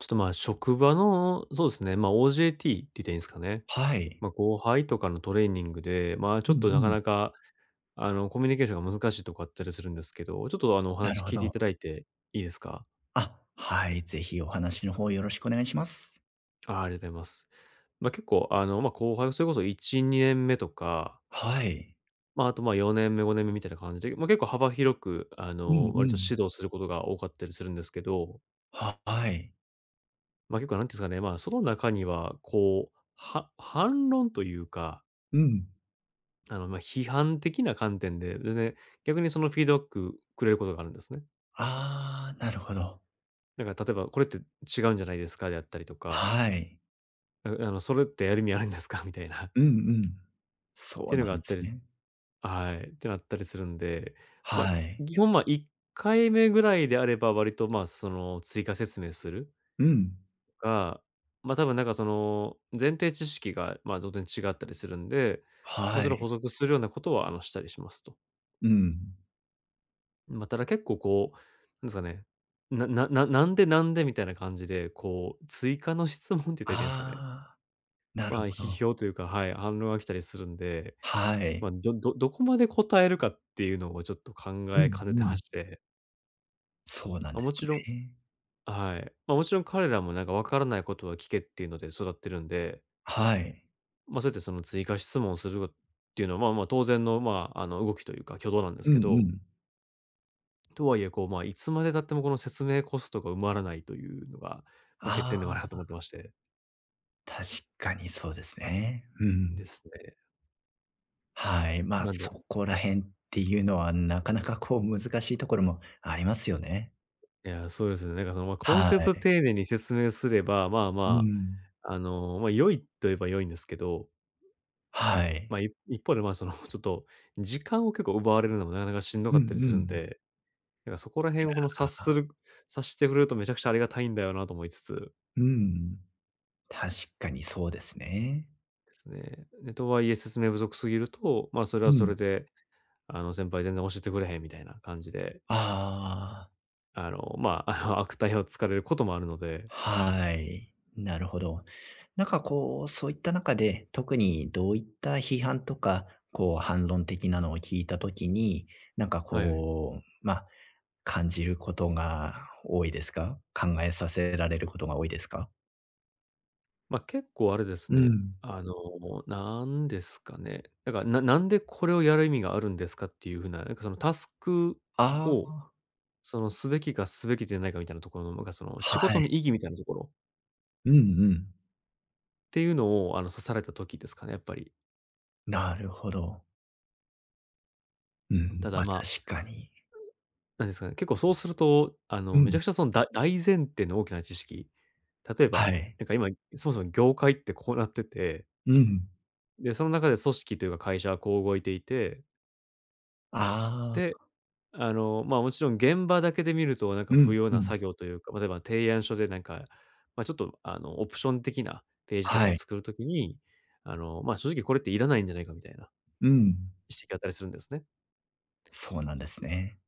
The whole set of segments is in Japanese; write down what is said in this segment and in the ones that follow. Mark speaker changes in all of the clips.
Speaker 1: ちょっと、まあ、職場の、そうですね、まあ、OJT って言ったらいいんですかね。
Speaker 2: はい。
Speaker 1: まあ、後輩とかのトレーニングで、まあ、ちょ
Speaker 2: うん
Speaker 1: っとな
Speaker 2: う
Speaker 1: か
Speaker 2: ん。
Speaker 1: なか、あの、コミュニケーションが難しいとこあったりするんですけど、ちょっと、あの、お
Speaker 2: な
Speaker 1: 話
Speaker 2: るほ
Speaker 1: 聞いていた
Speaker 2: ど。
Speaker 1: だいていいですか？
Speaker 2: あ、はい、ぜひお話の方よろしくお願いします。
Speaker 1: あ、ありがとうございます。まあ、結構、あの、まあ、後輩、それこそ1、2年目とか、
Speaker 2: はい。
Speaker 1: まあ、あと、まあ、4年目、5年目みたいな感じで、まあ、結構幅広く、あ
Speaker 2: う
Speaker 1: の、
Speaker 2: んう
Speaker 1: 割と
Speaker 2: ん。
Speaker 1: 指導することが多かったりするんですけど、
Speaker 2: ははい。
Speaker 1: まあ、結構なんていうんですかね、まあ、その中には、こう、反論というか、
Speaker 2: うん。
Speaker 1: あの、まあ、批判的な観点で、全然逆にそのフィードバックくれることがあるんですね。
Speaker 2: ああ、なるほど。
Speaker 1: だから例えば「これって違うんじゃないですか？」であったりとか、
Speaker 2: はい。
Speaker 1: あの「それってやる意味あるんですか？」みたいな っ
Speaker 2: うんうん。そ
Speaker 1: て
Speaker 2: う
Speaker 1: いう
Speaker 2: な
Speaker 1: のがあ
Speaker 2: んで
Speaker 1: った
Speaker 2: す
Speaker 1: りす
Speaker 2: ね。
Speaker 1: はい、ってなったりするんで、ま
Speaker 2: は
Speaker 1: あ、
Speaker 2: い。
Speaker 1: 基本、まあ、1回目ぐらいであれば割と、まあ、その追加説明する
Speaker 2: うん。
Speaker 1: とか、まあ多分なんかその前提知識が、まあ、当然違ったりするんで、まあ、
Speaker 2: は
Speaker 1: それを補
Speaker 2: い。
Speaker 1: 足するようなことは、あの、したりしますと。
Speaker 2: うん。
Speaker 1: まあ、ただ結構こう、なんですかね、なんでみたいな感じで、こう、追加の質問って言ったらい
Speaker 2: あ
Speaker 1: いんですかね。
Speaker 2: あ、なる
Speaker 1: まあ、
Speaker 2: ほ
Speaker 1: 批
Speaker 2: ど。
Speaker 1: 評というか、はい、反論が来たりするんで、
Speaker 2: は
Speaker 1: ま
Speaker 2: い。
Speaker 1: あ、どこまで答えるかっていうのをちょっと考
Speaker 2: うんう
Speaker 1: えかねてま
Speaker 2: ん。
Speaker 1: して。
Speaker 2: そうなん
Speaker 1: まあ、
Speaker 2: で
Speaker 1: も
Speaker 2: す
Speaker 1: ちろん
Speaker 2: ね。
Speaker 1: はい。まあ、もちろん彼らもなんかわからないことは聞けっていうので育ってるんで、
Speaker 2: はい。
Speaker 1: まあ、そうやってその追加質問をするっていうのは、まあまあ、当然の、まあ、あの、動きというか、挙動なんです
Speaker 2: うん
Speaker 1: け
Speaker 2: う
Speaker 1: ど、
Speaker 2: ん。
Speaker 1: とはいえ、こう、まあ、いつまで経ってもこの説明コストが埋まらないというのが、まあ、欠
Speaker 2: あ
Speaker 1: 点でもあるか
Speaker 2: あ、
Speaker 1: と思ってまして。
Speaker 2: 確かにそうですね。うん。
Speaker 1: ですね。
Speaker 2: はい、まあ、
Speaker 1: なんで、
Speaker 2: そこら辺っていうのは、なかなかこう難しいところもありますよね。
Speaker 1: いや、そうですね。なんかその、まあ、根
Speaker 2: は
Speaker 1: 節
Speaker 2: い。
Speaker 1: 丁寧に説明すれば、まあ
Speaker 2: う
Speaker 1: ま
Speaker 2: ん。
Speaker 1: あ、あの、まあ、良いと言えば良いんですけど、
Speaker 2: はい。
Speaker 1: まあ、一方で、まあ、その、ちょっと時間を結構奪われるのもなかなかしんど
Speaker 2: う
Speaker 1: か
Speaker 2: んう
Speaker 1: ったりするん
Speaker 2: ん。
Speaker 1: で、なんかそこら辺をこの察
Speaker 2: あ、
Speaker 1: する察してくれるとめちゃくちゃありがたいんだよなと思いつつ、
Speaker 2: うん。確かにそうですね。
Speaker 1: ですね。で、とはいえ説明不足すぎると、まあ、それは
Speaker 2: う
Speaker 1: そ
Speaker 2: ん。
Speaker 1: れで、あの、先輩全然教えてくれへんみたいな感じで、
Speaker 2: ああ、
Speaker 1: あの、まあ、あの、悪態をつかれることもあるので、
Speaker 2: はい。なるほど。なんかこう、そういった中で、特にどういった批判とか、こう反論的なのを聞いたときに、なんか
Speaker 1: はいはい。
Speaker 2: こう、まあ、感じることが多いですか？考えさせられることが多いですか？
Speaker 1: まあ、結構あれです
Speaker 2: う
Speaker 1: ね、
Speaker 2: ん。
Speaker 1: あの、なんですかね、だから、なんでこれをやる意味があるんですかっていう風な、なんかそのタスク
Speaker 2: あ
Speaker 1: を、そのすべきかすべきでないかみたいなところの、なんかその
Speaker 2: あ、
Speaker 1: 仕
Speaker 2: は
Speaker 1: 事の
Speaker 2: い。
Speaker 1: 意義みたいなところ
Speaker 2: うんうん。
Speaker 1: っていうのを、あの、刺された時ですかね、やっぱり。
Speaker 2: なるほど。うん、
Speaker 1: ただ、
Speaker 2: ま、
Speaker 1: まあ、
Speaker 2: 確かに。
Speaker 1: なんですかね、結構そうすると、あの、
Speaker 2: う
Speaker 1: めち
Speaker 2: ん。
Speaker 1: ゃくちゃその大前提の大きな知識、例え
Speaker 2: は
Speaker 1: ば、
Speaker 2: い。
Speaker 1: なんか今、そもそも業界ってこうなってて、
Speaker 2: うん。
Speaker 1: で、その中で組織というか会社はこう動いていて、
Speaker 2: あ
Speaker 1: で、
Speaker 2: あ、
Speaker 1: あの、まあ、もちろん現場だけで見るとなんか
Speaker 2: うん
Speaker 1: 不要
Speaker 2: う
Speaker 1: な
Speaker 2: ん。
Speaker 1: 作業というか、例えば提案書でなんか、まあ、ちょっとあのオプション的なページとか
Speaker 2: は
Speaker 1: を
Speaker 2: い。
Speaker 1: 作るときに、あの、まあ、正直これっていらないんじゃないかみたいな
Speaker 2: うん。
Speaker 1: 指摘があったりするんですね。
Speaker 2: そうなんですね。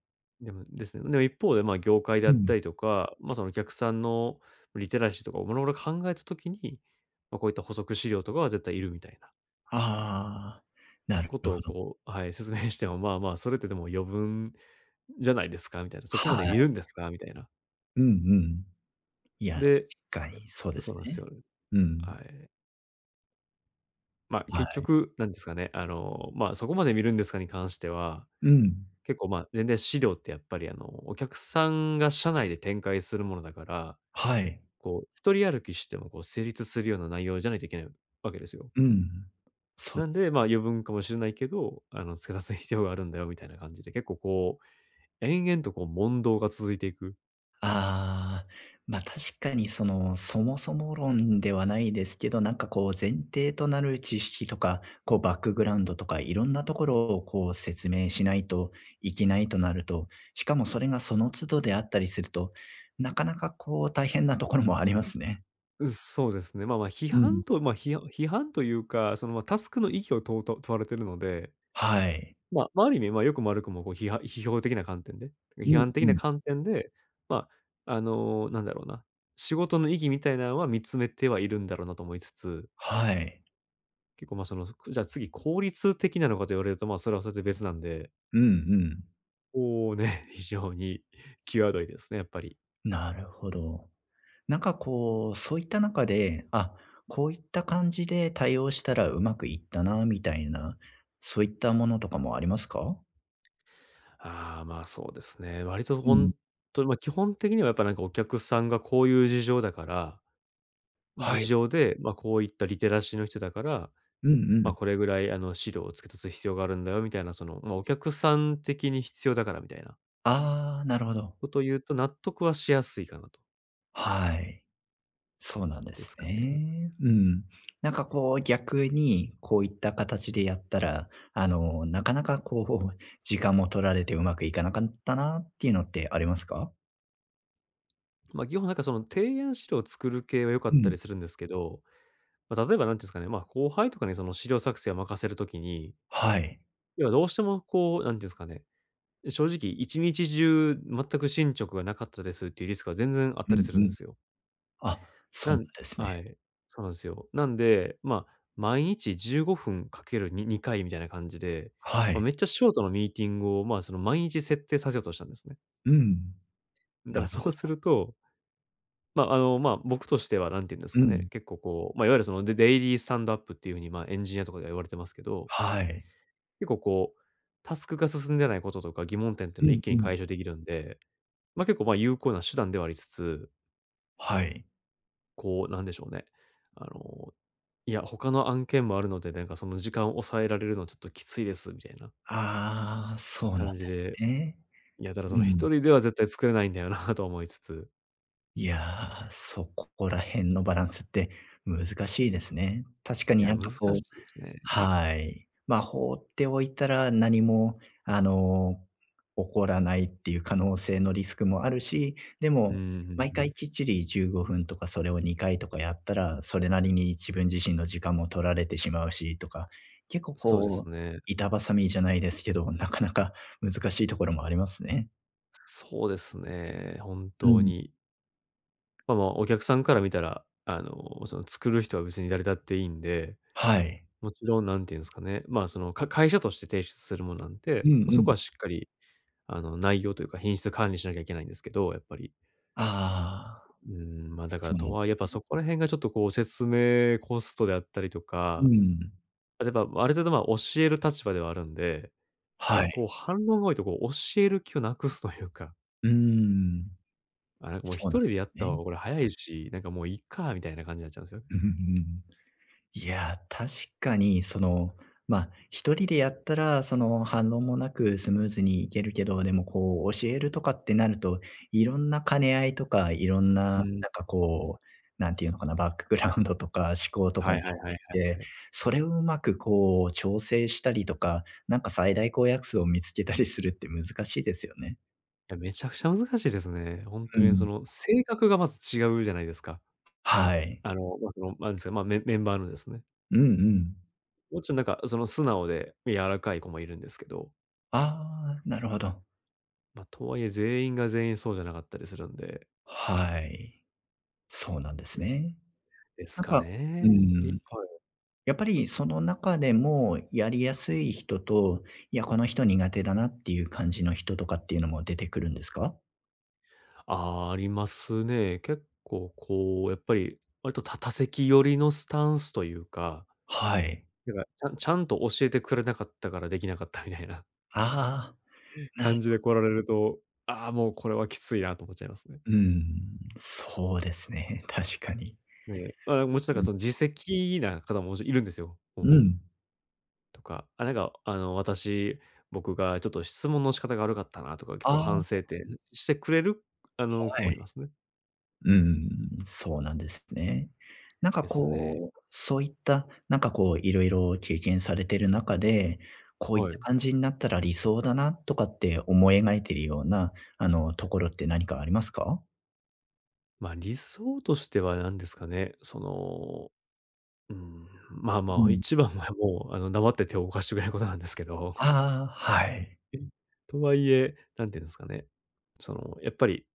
Speaker 1: でもですね、でも一方でまあ業界であ
Speaker 2: う
Speaker 1: った
Speaker 2: ん。
Speaker 1: りとか、まあ、そのお客さんのリテラシーとかをもろもろ考えたときに、まあ、こういった補足資料とかは絶対いるみたいな
Speaker 2: ああ、なる
Speaker 1: こ
Speaker 2: ほど。
Speaker 1: とをこう、はい、説明しても、まあまあ、それってでも余分じゃないですかみたいな、そこま
Speaker 2: は
Speaker 1: で
Speaker 2: い。
Speaker 1: 見るんですかみたいな。
Speaker 2: うんうん。いや、
Speaker 1: で、
Speaker 2: 確かにそうで
Speaker 1: そう
Speaker 2: す
Speaker 1: なんです
Speaker 2: ね。
Speaker 1: よ。
Speaker 2: うん。
Speaker 1: はい。ま、
Speaker 2: は
Speaker 1: 結
Speaker 2: い。
Speaker 1: 局、なんですかね、あの、ま、そこまで見るんですかに関しては、
Speaker 2: うん。
Speaker 1: 結構、ま、全然資料ってやっぱりあの、お客さんが社内で展開するものだから、
Speaker 2: はい。
Speaker 1: こう一人歩きしてもこう成立するような内容じゃないといけないわけですよ。
Speaker 2: うん。そう
Speaker 1: な
Speaker 2: で
Speaker 1: ん
Speaker 2: す。
Speaker 1: で、ま、余分かもしれないけど、あの付け足す必要があるんだよみたいな感じで、結構こう、延々とこう問答が続いていく。
Speaker 2: ああ、ま、確かにその、そもそも論ではないですけど、なんかこう前提となる知識とか、こうバックグラウンドとかいろんなところをこう説明しないといけないとなると、しかもそれがその都度であったりすると、なかなかこう大変なところもありますね。
Speaker 1: うんそうですね。まあまあ、批
Speaker 2: う
Speaker 1: 判
Speaker 2: ん。
Speaker 1: と批判というか、その、ま、タスクの意義を問うと問われてるので、
Speaker 2: はい。
Speaker 1: まあ、まあ、ある意味、まあ、よくも悪くも、こう、批判批評的な観点で、
Speaker 2: う
Speaker 1: 批
Speaker 2: ん
Speaker 1: 判的
Speaker 2: う
Speaker 1: な
Speaker 2: ん。
Speaker 1: 観点で、まあ、あの、なんだろうな、仕事の意義みたいなのは見つめてはいるんだろうなと思いつつ、
Speaker 2: はい。
Speaker 1: 結構、ま、その、じゃあ次効率的なのかと言われると、まあ、それはそれで別なんで、
Speaker 2: うんうん。
Speaker 1: こうね、非常に 際どいですね、やっぱり。
Speaker 2: なるほど。なんかこう、そういった中で、あ、こういった感じで対応したらうまくいったなみたいな、そういったものとかもありますか？
Speaker 1: ああ、まあ、そうですね。割と
Speaker 2: うん。
Speaker 1: 本当に、ま、基本的にはやっぱなんかお客さんがこういう事情だから、
Speaker 2: は
Speaker 1: 事
Speaker 2: い。
Speaker 1: 情で、ま、こういったリテラシーの人だから、
Speaker 2: うんう
Speaker 1: ま、
Speaker 2: ん。
Speaker 1: これぐらいあの資料を付け足す必要があるんだよみたいな、その、ま、お客さん的に必要だからみたいな
Speaker 2: ああ、なるほど。
Speaker 1: ことを言うと納得はしやすいかなと、
Speaker 2: はい。そうなんで
Speaker 1: で
Speaker 2: す
Speaker 1: すかね。
Speaker 2: ね。うん。なんかこう逆に、こういった形でやったら、あの、なかなかこう、時間も取られてうまくいかなかったなっていうのってありますか？
Speaker 1: ま、基本なんかその提案資料を作る系は良か
Speaker 2: う
Speaker 1: った
Speaker 2: ん。
Speaker 1: りするんですけど、まあ、例えば何ていうんですかね、ま、後輩とかにその資料作成を任せるときに、
Speaker 2: はい。
Speaker 1: 要はどうしてもこう、何ていうんですかね、正直、1日中全く進捗がなかったですっていうリスクは全然あっ
Speaker 2: う
Speaker 1: たり
Speaker 2: ん
Speaker 1: するん
Speaker 2: う
Speaker 1: で
Speaker 2: ん。
Speaker 1: すよ。
Speaker 2: あ、そう
Speaker 1: な
Speaker 2: なん
Speaker 1: ん
Speaker 2: ですね。
Speaker 1: はい、そうなんですよ。なんで、まあ、毎日15分かけるに2回みたいな感じで、
Speaker 2: は
Speaker 1: まあ、
Speaker 2: い。
Speaker 1: めっちゃショートのミーティングを、まあ、その毎日設定させようとしたんですね。
Speaker 2: うん。
Speaker 1: だか
Speaker 2: な
Speaker 1: ら
Speaker 2: る
Speaker 1: そ
Speaker 2: ほ
Speaker 1: うす
Speaker 2: ど。
Speaker 1: ると、まあ、あの、まあ、僕としては何て言うんです
Speaker 2: う
Speaker 1: かね、
Speaker 2: ん。
Speaker 1: 結構こう、まあ、いわゆるそのデイリースタンドアップっていう風に、まあ、エンジニアとかでは言われてますけど、
Speaker 2: はい。
Speaker 1: 結構こう、タスクが進んでないこととか疑問点っていう
Speaker 2: う
Speaker 1: のを一
Speaker 2: ん
Speaker 1: 気に
Speaker 2: うん。
Speaker 1: 解消できるんで、まあ、結構、ま、有効な手段ではありつつ、
Speaker 2: はい。
Speaker 1: こう、なんでしょうね、あの、いや、他の案件もあるので、なんかその時間を抑えられるのちょっときついですみたいな
Speaker 2: ああ、そうなんで
Speaker 1: 感じ
Speaker 2: す
Speaker 1: で、
Speaker 2: ね。
Speaker 1: いやたらそ
Speaker 2: う
Speaker 1: の
Speaker 2: ん。
Speaker 1: 一人では絶対作れないんだよな と思いつつ、
Speaker 2: いや、そこら辺のバランスって難しいですね。確か
Speaker 1: い
Speaker 2: にな
Speaker 1: や、
Speaker 2: ん
Speaker 1: 難
Speaker 2: か
Speaker 1: し
Speaker 2: こう
Speaker 1: いですね。
Speaker 2: はい。まあ、放っておいたら何も、あの、起こらないっていう可能性のリスクもあるし、で
Speaker 1: うん
Speaker 2: も、
Speaker 1: うん
Speaker 2: 毎
Speaker 1: う
Speaker 2: 回
Speaker 1: ん。
Speaker 2: きっちり15分とかそれを2回とかやったら、それなりに自分自身の時間も取られてしまうしとか、結構
Speaker 1: そうで
Speaker 2: こ
Speaker 1: す
Speaker 2: う、
Speaker 1: ね。
Speaker 2: 板挟みじゃないですけど、なかなか難しいところもありますね。
Speaker 1: そうですね、本
Speaker 2: う
Speaker 1: 当
Speaker 2: ん。
Speaker 1: に。まあ、お客さんから見たら、その作る人は別に誰だっていいんで、
Speaker 2: はい。
Speaker 1: もちろんなんていうんですかね、まあ、その、会社として提出するものなん
Speaker 2: う
Speaker 1: で、
Speaker 2: んう
Speaker 1: ま、そこ
Speaker 2: ん。
Speaker 1: はしっかり内容というか品質管理しなきゃいけないんですけど、やっぱり。
Speaker 2: ああ、
Speaker 1: うーまあ、だから
Speaker 2: そうな
Speaker 1: と
Speaker 2: んで
Speaker 1: はいえ、や
Speaker 2: す
Speaker 1: っぱ
Speaker 2: ね。
Speaker 1: そこら辺がちょっとこう説明コストであったりと
Speaker 2: う
Speaker 1: か、
Speaker 2: ん。
Speaker 1: 例えば、ある程度、ま、教える立場ではあるんで、い
Speaker 2: は
Speaker 1: や、
Speaker 2: い。
Speaker 1: こう反論が多いとこう教える気をなくすというか、
Speaker 2: うん。
Speaker 1: あ、なんかもう
Speaker 2: そ
Speaker 1: 一
Speaker 2: うなん
Speaker 1: 人
Speaker 2: で
Speaker 1: でやっ
Speaker 2: す
Speaker 1: た方
Speaker 2: ね。
Speaker 1: がこれ早いし、なんかもういっかみたいな感じになっちゃうんですよね。
Speaker 2: うんうんうん。いや、確かにその、ま、一人でやったら、その、反論もなくスムーズにいけるけど、でもこう教えるとかってなると、いろんな兼ね合いとか、いろんな、な
Speaker 1: う
Speaker 2: ん
Speaker 1: ん、
Speaker 2: かこう、なんていうのかな、バックグラウンドとか思考とか
Speaker 1: は
Speaker 2: が入
Speaker 1: いはいはい
Speaker 2: っ
Speaker 1: は
Speaker 2: て
Speaker 1: い
Speaker 2: きて、
Speaker 1: はい。
Speaker 2: それをうまくこう調整したりとか、なんか最大公約数を見つけたりするって難しいですよね。
Speaker 1: いや、めちゃくちゃ難しいですね。ほんと
Speaker 2: う
Speaker 1: にそ
Speaker 2: ん。
Speaker 1: の性格がまず違うじゃないですか。
Speaker 2: はい。
Speaker 1: まあ、その、なんですか、まあ、メンバーのですね。
Speaker 2: うんうん。
Speaker 1: もちろんなんか、その素直で柔らかい子もいるんですけど、
Speaker 2: ああ、なるほど。
Speaker 1: まあ、とはいえ全員が全員そうじゃなかったりするんで。
Speaker 2: はい。そうなんです
Speaker 1: です。
Speaker 2: ね。
Speaker 1: です
Speaker 2: なん
Speaker 1: か
Speaker 2: か
Speaker 1: ね。
Speaker 2: う
Speaker 1: やっぱ
Speaker 2: ん、
Speaker 1: りはい。
Speaker 2: やっぱりその中でもやりやすい人と、いや、この人苦手だなっていう感じの人とかっていうのも出てくるんですか？
Speaker 1: ああ、ありますね。結構こう、やっぱり割と多席寄りのスタンスというか、
Speaker 2: はい。
Speaker 1: なんか、ちゃんと教えてくれなかったからできなかったみたいな
Speaker 2: あ あ、なる
Speaker 1: 感じで来られると、ああ、もうこれはきついなと思っちゃいますね。
Speaker 2: うん、そうですね、確かに。
Speaker 1: ね。あ、もちろん
Speaker 2: う
Speaker 1: なんか
Speaker 2: ん。
Speaker 1: その自責な方ももちろんいるんですよ。も
Speaker 2: う
Speaker 1: う
Speaker 2: ん。
Speaker 1: とか、あ、なんか、僕がちょっと質問の仕方が悪かったなとか、結構
Speaker 2: ああ、は
Speaker 1: 反省点してくれる、子もいま
Speaker 2: い。
Speaker 1: すね。
Speaker 2: うん、そうなんですね。なんか
Speaker 1: ですね。
Speaker 2: こう、そういった、なんかこういろいろ経験されてる中で、こういっ
Speaker 1: はい。
Speaker 2: た感じになったら理想だなとかって思い描いてるような、あの、ところって何かありますか？
Speaker 1: まあ、理想としては何ですかね、その、うん、まあ
Speaker 2: う
Speaker 1: まあ、
Speaker 2: ん。
Speaker 1: 一番はもう、黙って手を動かしてくれることなんですけど。
Speaker 2: ああ、はい。
Speaker 1: とはいえ、何て言うんですかね、その、やっぱり、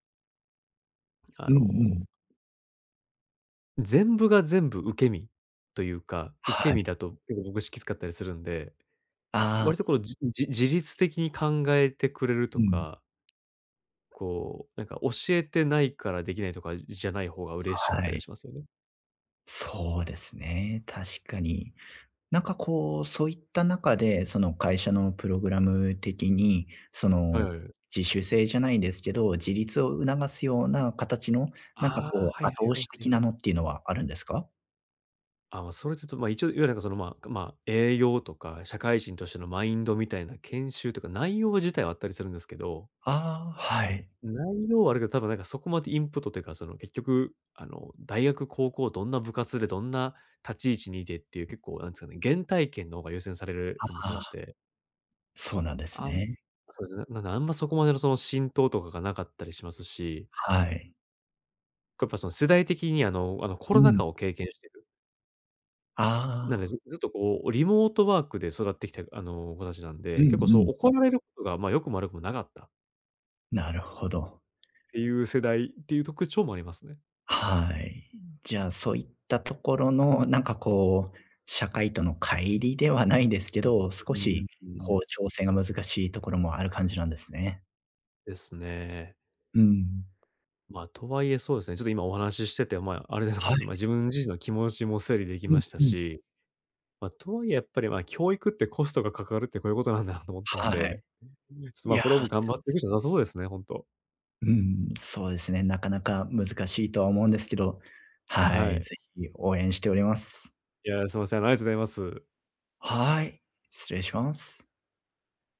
Speaker 1: あ
Speaker 2: うんう
Speaker 1: の、
Speaker 2: ん。
Speaker 1: 全部が全部受け身というか、受け
Speaker 2: はい。
Speaker 1: 身だと結構僕きつかったりするんで
Speaker 2: あ
Speaker 1: 割とこ
Speaker 2: あ、
Speaker 1: う、自律的に考えてくれると
Speaker 2: うん。
Speaker 1: か、こう、なんか教えてないからできないとかじゃない方が嬉しかっ
Speaker 2: は
Speaker 1: たりは
Speaker 2: い。
Speaker 1: しますよね。
Speaker 2: そうですね、確かに。なんかこう、そういった中で、その会社のプログラム的に、そ
Speaker 1: はい
Speaker 2: の、
Speaker 1: はいはい。
Speaker 2: 自主性じゃないですけど、自立を促すような形の、
Speaker 1: あ
Speaker 2: なんか
Speaker 1: あ、
Speaker 2: こう、
Speaker 1: はいは
Speaker 2: 後
Speaker 1: いは
Speaker 2: 押
Speaker 1: い
Speaker 2: し
Speaker 1: は
Speaker 2: 的なの
Speaker 1: い。
Speaker 2: っていうのはあるんですか？
Speaker 1: あ、まあ、それちょってと、まあ、一応、いわゆるなんかその、まあまあ、栄養とか社会人としてのマインドみたいな研修とか内容自体はあったりするんですけど、
Speaker 2: ああ、はい。
Speaker 1: 内容はあるけど、多分なんかそこまでインプットというか、その結局、あの、大学、高校、どんな部活でどんな立ち位置にいてっていう結構なんですかね、原体験の方が優先されると思って
Speaker 2: あ
Speaker 1: まし
Speaker 2: あ、
Speaker 1: て。
Speaker 2: そうなんです
Speaker 1: あん
Speaker 2: ね。
Speaker 1: そうですね。なんであんまそこまでのその浸透とかがなかったりしますし、
Speaker 2: はい。
Speaker 1: やっぱその世代的にあのコ
Speaker 2: う
Speaker 1: ロナ
Speaker 2: ん。
Speaker 1: 禍を経験してる。なんで、
Speaker 2: あ
Speaker 1: ず
Speaker 2: あ。
Speaker 1: ずっとこうリモートワークで育ってきたあの子たちなんで、
Speaker 2: うん
Speaker 1: 結構
Speaker 2: う
Speaker 1: そう
Speaker 2: ん。
Speaker 1: 怒られることがまあ良くも悪くもなかったっ
Speaker 2: なるほど。
Speaker 1: ていう世代っていう特徴もありますね。
Speaker 2: はい。じゃあ、そういったところの、なんかこう、社会との乖離ではないですけど、
Speaker 1: う
Speaker 2: 少
Speaker 1: ー
Speaker 2: し
Speaker 1: ん、
Speaker 2: こう調整が難しいところもある感じなんですね。
Speaker 1: ですね。
Speaker 2: うん。
Speaker 1: まあ、とはいえそうですね、ちょっと今お話ししてて、まあ、あれなんで
Speaker 2: は
Speaker 1: す、ま
Speaker 2: い。
Speaker 1: あ、自分自身の気持ちも整理でき
Speaker 2: う
Speaker 1: ま
Speaker 2: ん
Speaker 1: した
Speaker 2: うん。
Speaker 1: し、まあ、とはいえやっぱり、まあ、教育ってコストがかかるってこういうことなんだなと思ったん
Speaker 2: は
Speaker 1: で、
Speaker 2: い。
Speaker 1: ちょっと、
Speaker 2: い
Speaker 1: まあ、
Speaker 2: や、
Speaker 1: これをもう頑張っていくしかなさそうですね、ほんと。
Speaker 2: うん、そうですね。なかなか難しいとは思うんですけど、は
Speaker 1: は
Speaker 2: い、
Speaker 1: い。
Speaker 2: ぜひ応援しております。
Speaker 1: いや、すいません、ありがとうございます。
Speaker 2: はい、失礼します。